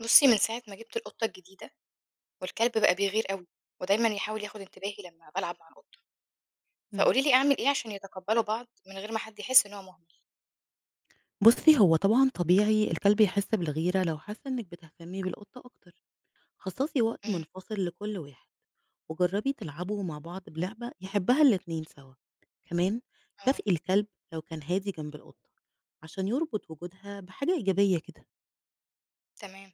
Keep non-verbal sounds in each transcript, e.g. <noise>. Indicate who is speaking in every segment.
Speaker 1: بُصّي، من ساعة ما جِبت القطة الجديدة والكلب بقى بيغير أوي، ودايمًا يحاول ياخد انتباهي لمّا بالعب مع القطة،
Speaker 2: إمم.
Speaker 1: فقولي لي أعمل إيه عشان يتقبّلوا بعض من غير ما حد يحس إن هو مهمل؟
Speaker 2: بُصّي، هو طبعًا طبيعي الكلب يحس بالغيرة لو حس إنِّك بتهتمي بالقطة أكتر. خصّصي وقت
Speaker 1: إمم،
Speaker 2: منفصل لكل واحد، وجرّبي تلعبوا مع بعض بلعبة يحبها الاتنين سوا. كمان
Speaker 1: آه،
Speaker 2: كافئي الكلب لو كان هادي جنب القطة، عشان يربط وجودها بحاجة إيجابية كده.
Speaker 1: تمام.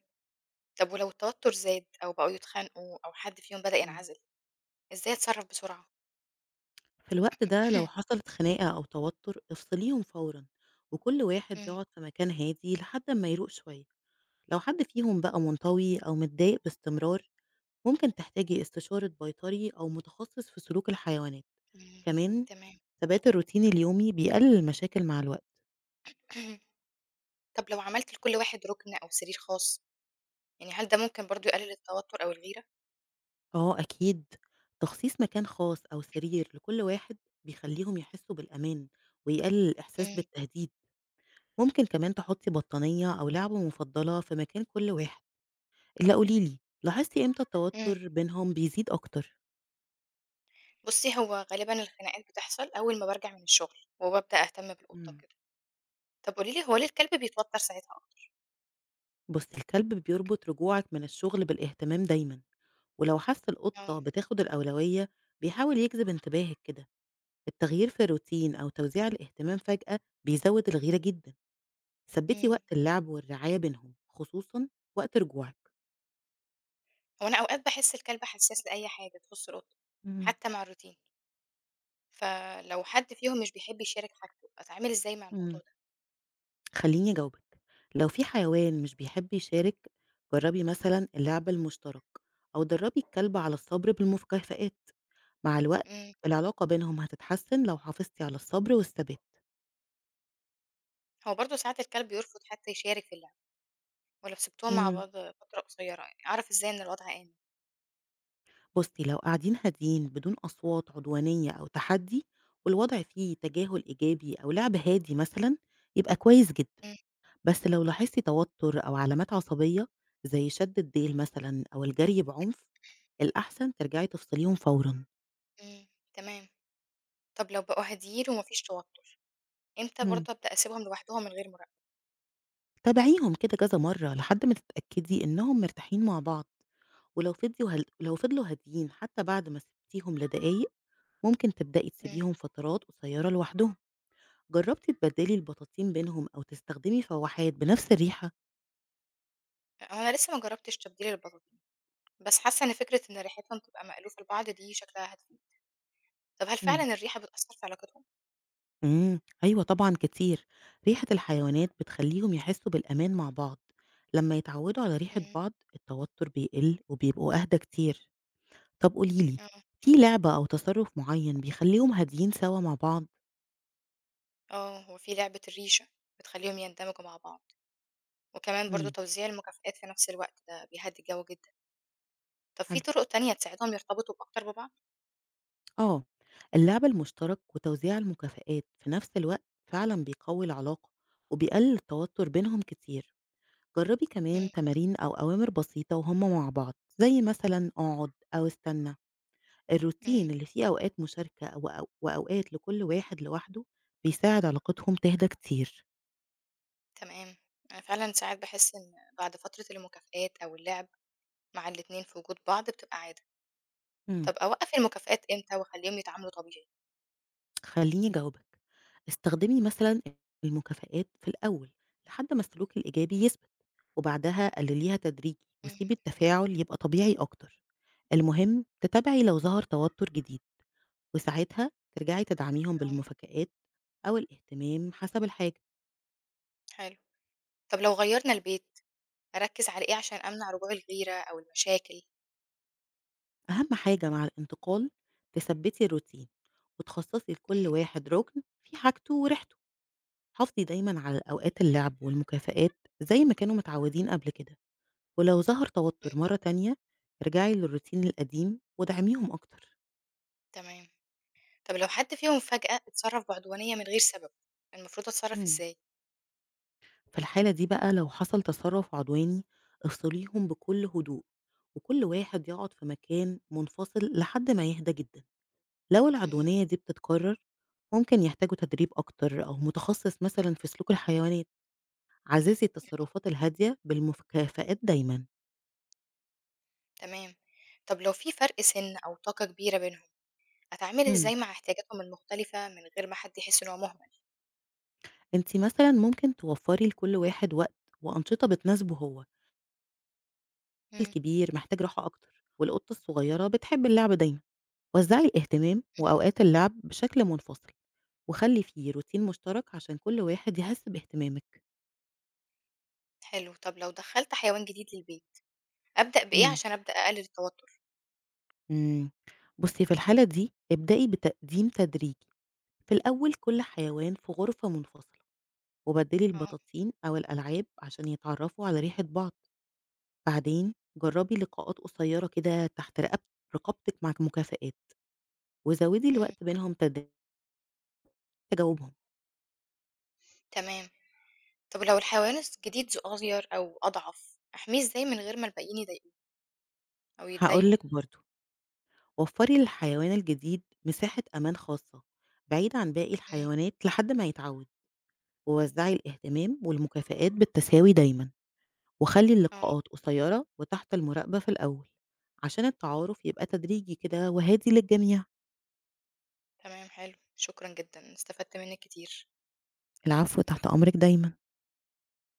Speaker 1: طب ولو التوتر زاد أو بقوا يتخانقوا أو حد فيهم بدأ
Speaker 2: إمم.
Speaker 1: ينعزل، إزاي أتصرّف بسرعة؟
Speaker 2: في الوقت ده لو
Speaker 1: إمم،
Speaker 2: حصلت خناقة أو توتُّر، افصليهم فورًا، وكل واحد
Speaker 1: إمم،
Speaker 2: يقعد في مكان هادي لحد أمّا يروق شوية. لو حد فيهم بقى منطوي أو متضايق باستمرار ممكن تحتاجي استشارة بيطري أو متخصص في سلوك الحيوانات
Speaker 1: امم،
Speaker 2: كمان.
Speaker 1: تمام.
Speaker 2: ثبات الروتين اليومي بيقلل المشاكل مع الوقت.
Speaker 1: <clears throat> مم. طب لو عملت لكل واحد رُكن أو سرير خاص، يعني هل ده ممكن برضه يقلل التوتر أو الغيرة؟
Speaker 2: اه أكيد، تخصيص مكان خاص أو سرير لكل واحد بيخليهم يحسوا بالأمان ويقلل الإحساس
Speaker 1: إمم،
Speaker 2: بالتهديد. ممكن كمان تحطي بطانية أو لعبة مفضلة في مكان كل واحد. إلا قوليلي لاحظتي إمتى
Speaker 1: إمم.
Speaker 2: التوتر بينهم بيزيد أكتر.
Speaker 1: بُصّي، هو غالبًا الخناقات بتحصل أول ما بارجع من الشغل وبابدأ أهتم بالقطة
Speaker 2: مم.
Speaker 1: وكده. طب قولي لي هو ليه الكلب بيتوتر ساعتها؟
Speaker 2: بص، الكلب بيربط رجوعك من الشغل بالاهتمام دايما، ولو حس
Speaker 1: آه،
Speaker 2: القطة بتاخد الأولوية بيحاول يجذب انتباهك كده. التغيير في الروتين أو توزيع الاهتمام فجأة بيزود الغيرة جدا. ثبتي
Speaker 1: إمم،
Speaker 2: وقت اللعب والرعاية بينهم خصوصا وقت رجوعك.
Speaker 1: هو أنا أوقات باحس الكلب حساس لأي حاجة تخُص أوضته،
Speaker 2: مم.
Speaker 1: حتى مع الروتين، فلو حد فيهم مش بيحب يشارك حاجته، أتعامل إزاي مع الموضوع
Speaker 2: مم.
Speaker 1: ده؟
Speaker 2: خليني أجاوبك. لو في حيوان مش بيحب يشارك، جربي مثلا اللعب المشترك أو دربي الكلب على الصبر بالمكافآت. مع الوقت
Speaker 1: إمم،
Speaker 2: العلاقة بينهم هتتحسن لو حافظتي على الصبر والثبات.
Speaker 1: هو برضه ساعات الكلب يرفض حتى يشارك في اللعب، ولو سِبتهم مع بعض فترة قصيرة يعني، أعرف إزاي إن الوضع آمن؟
Speaker 2: بُصّي، لو قاعدين هاديين بدون أصوات عدوانية أو تحدّي والوضع فيه تجاهل إيجابي أو لعب هادي مثلًا، يبقى كويس جدًا.
Speaker 1: إمم،
Speaker 2: بس لو لاحظتِ توتُّر أو علامات عصبية زي شَد الديل مثلًا أو الجري بعنف، الأحسن ترجعي تفصليهم فورًا.
Speaker 1: إمم، تمام. طب لو بقوا هاديين وما فيش توتر، إمتى
Speaker 2: إمم.
Speaker 1: برضه أبدأ أسيبهم لوحدهم من غير مراقبة؟
Speaker 2: تابعيهم كده كذا مرّة لحد ما تتأكدي إنّهم مرتاحين مع بعض، ولو فضيوا هل لو فضلوا هاديين حتّى بعد ما سِبتيهم لدقايق، ممكن تبدئي
Speaker 1: إمم،
Speaker 2: تسيبيهم فترات قصيّرة لوحدهم. جربتِ تبدّلي البطاطين بينهم أو تستخدمي فواحات بنفس الريحة؟
Speaker 1: هو أنا لسه ما جرّبتش تبديل البطاطين، بس حاسة إن فكرة إن ريحتهم تبقى مألوفة لبعض دي شكلها هتفيد. طب هل
Speaker 2: إمم.
Speaker 1: فعلًا الريحة بتأثّر في علاقتهم؟
Speaker 2: إمم، أيوه طبعًا كتير، ريحة الحيوانات بتخلّيهم يحسّوا بالأمان مع بعض، لمّا يتعوّدوا على ريحة
Speaker 1: إمم،
Speaker 2: بعض التوتر بيقل وبيبقوا أهدى كتير. طب قولي لي،
Speaker 1: آه،
Speaker 2: في لعبة أو تصرُّف معيّن بيخلّيهم هاديين سوا مع بعض؟
Speaker 1: آه، هو في لعبة الريشة بتخلّيهم يندمجوا مع بعض، وكمان برضه
Speaker 2: إمم،
Speaker 1: توزيع المكافآت في نفس الوقت ده بيهدّي الجو جدًا. طب في
Speaker 2: حلو.
Speaker 1: طرق تانية تساعدهم يرتبطوا أكتر ببعض؟
Speaker 2: آه، اللعب المشترك وتوزيع المكافآت في نفس الوقت فعلًا بيقوّي العلاقة وبيقلل التوتر بينهم كتير. جربي
Speaker 1: إمم،
Speaker 2: كمان تمارين أو أوامر بسيطة وهم مع بعض زي مثلا اقعد أو استنى.
Speaker 1: إمم،
Speaker 2: الروتين اللي فيه أوقات مشاركة وأوقات لكل واحد لوحده بيساعد علاقتهم تهدى كتير.
Speaker 1: تمام. أنا فعلًا ساعات باحس إن بعد فترة المكافآت أو اللعب مع الاتنين في وجود بعض بتبقى عادة.
Speaker 2: مم.
Speaker 1: طب أوقّف المكافآت إمتى وأخلّيهم يتعاملوا طبيعي؟
Speaker 2: خليني أجاوبك. استخدمي مثلا المكافآت في الأول لحد ما السلوك الإيجابي يثبت، وبعدها قلليها تدريجي
Speaker 1: إمم،
Speaker 2: وسيبي التفاعل يبقى طبيعي أكتر. المهم تتابعي لو ظهر توتر جديد، وساعتها ترجعي تدعميهم
Speaker 1: آه،
Speaker 2: بالمفاجآت أو الاهتمام حسب الحاجة.
Speaker 1: حلو. طب لو غيّرنا البيت أركّز على إيه عشان أمنع رجوع الغيرة أو المشاكل؟
Speaker 2: أهم حاجة مع الانتقال تثبّتي الروتين، وتخصّصي لكل
Speaker 1: إمم،
Speaker 2: واحد رُكن فيه حاجته وريحته، حافظي دايمًا على أوقات اللعب والمكافآت زي ما كانوا متعودين قبل كده، ولو ظهر توتر
Speaker 1: إمم،
Speaker 2: مرّة تانية ارجعي للروتين القديم وادعميهم أكتر.
Speaker 1: تمام. طب لو حد فيهم فجأة اتصرف بعدوانية من غير سبب، المفروض أتصرف
Speaker 2: إمم.
Speaker 1: إزاي؟
Speaker 2: في الحالة دي بقى لو حصل تصرُّف عدواني افصليهم بكل هدوء، وكل واحد يقعد في مكان منفصل لحد ما يهدى جدًا. لو
Speaker 1: إمم،
Speaker 2: العدوانية دي بتتكرر، ممكن يحتاجوا تدريب أكتر أو متخصص مثلًا في سلوك الحيوانات. عززي
Speaker 1: آه،
Speaker 2: التصرفات الهادية بالمكافآت دايمًا.
Speaker 1: تمام. طب لو في فرق سن أو طاقة كبيرة بينهم، أتعامل
Speaker 2: امم.
Speaker 1: إزاي مع احتياجاتهم المختلفة من غير ما حد يحس إن هو مهمل؟
Speaker 2: أنتِ مثلًا ممكن توفري لكل واحد وقت وأنشطة بتناسبه هو،
Speaker 1: إمم،
Speaker 2: الكبير محتاج راحة أكتر، والقطة الصغيرة بتحب اللعب دايمًا. وزعي الاهتمام
Speaker 1: إمم،
Speaker 2: وأوقات اللعب بشكل منفصل، وخلي فيه روتين مشترك عشان كل واحد يحس باهتمامِك.
Speaker 1: حلو. طب لو دخلت حيوان جديد للبيت، أبدأ بإيه
Speaker 2: امم.
Speaker 1: عشان أبدأ أقلل التوتر؟
Speaker 2: امم، بُصي في الحالة دي ابدئي بتقديم تدريجي. في الأول كل حيوان في غرفة منفصلة، وبدلي
Speaker 1: آه،
Speaker 2: البطاطين أو الألعاب عشان يتعرفوا على ريحة بعض. بعدين جربي لقاءات قصيرة كده تحت رقبتك مع مكافآت، وزودي
Speaker 1: إمم،
Speaker 2: الوقت بينهم تجاوبهم.
Speaker 1: تمام. طب لو الحيوان الجديد صغير أو أضعف، أحميه إزاي من غير ما الباقيين يضايقوه أو يتضايقوا؟
Speaker 2: هقولك برضو، وفري للحيوان الجديد مساحة أمان خاصة بعيد عن باقي
Speaker 1: إمم،
Speaker 2: الحيوانات لحد ما يتعود، ووزعي الاهتمام والمكافآت بالتساوي دايما، وخلي
Speaker 1: آه،
Speaker 2: اللقاءات قصيرة وتحت المراقبة في الأول عشان التعارف يبقى تدريجي كده وهادي للجميع.
Speaker 1: تمام، حلو. شكرًا جدًا، استفدت منك كتير.
Speaker 2: العفو، تحت أمرِك دايمًا.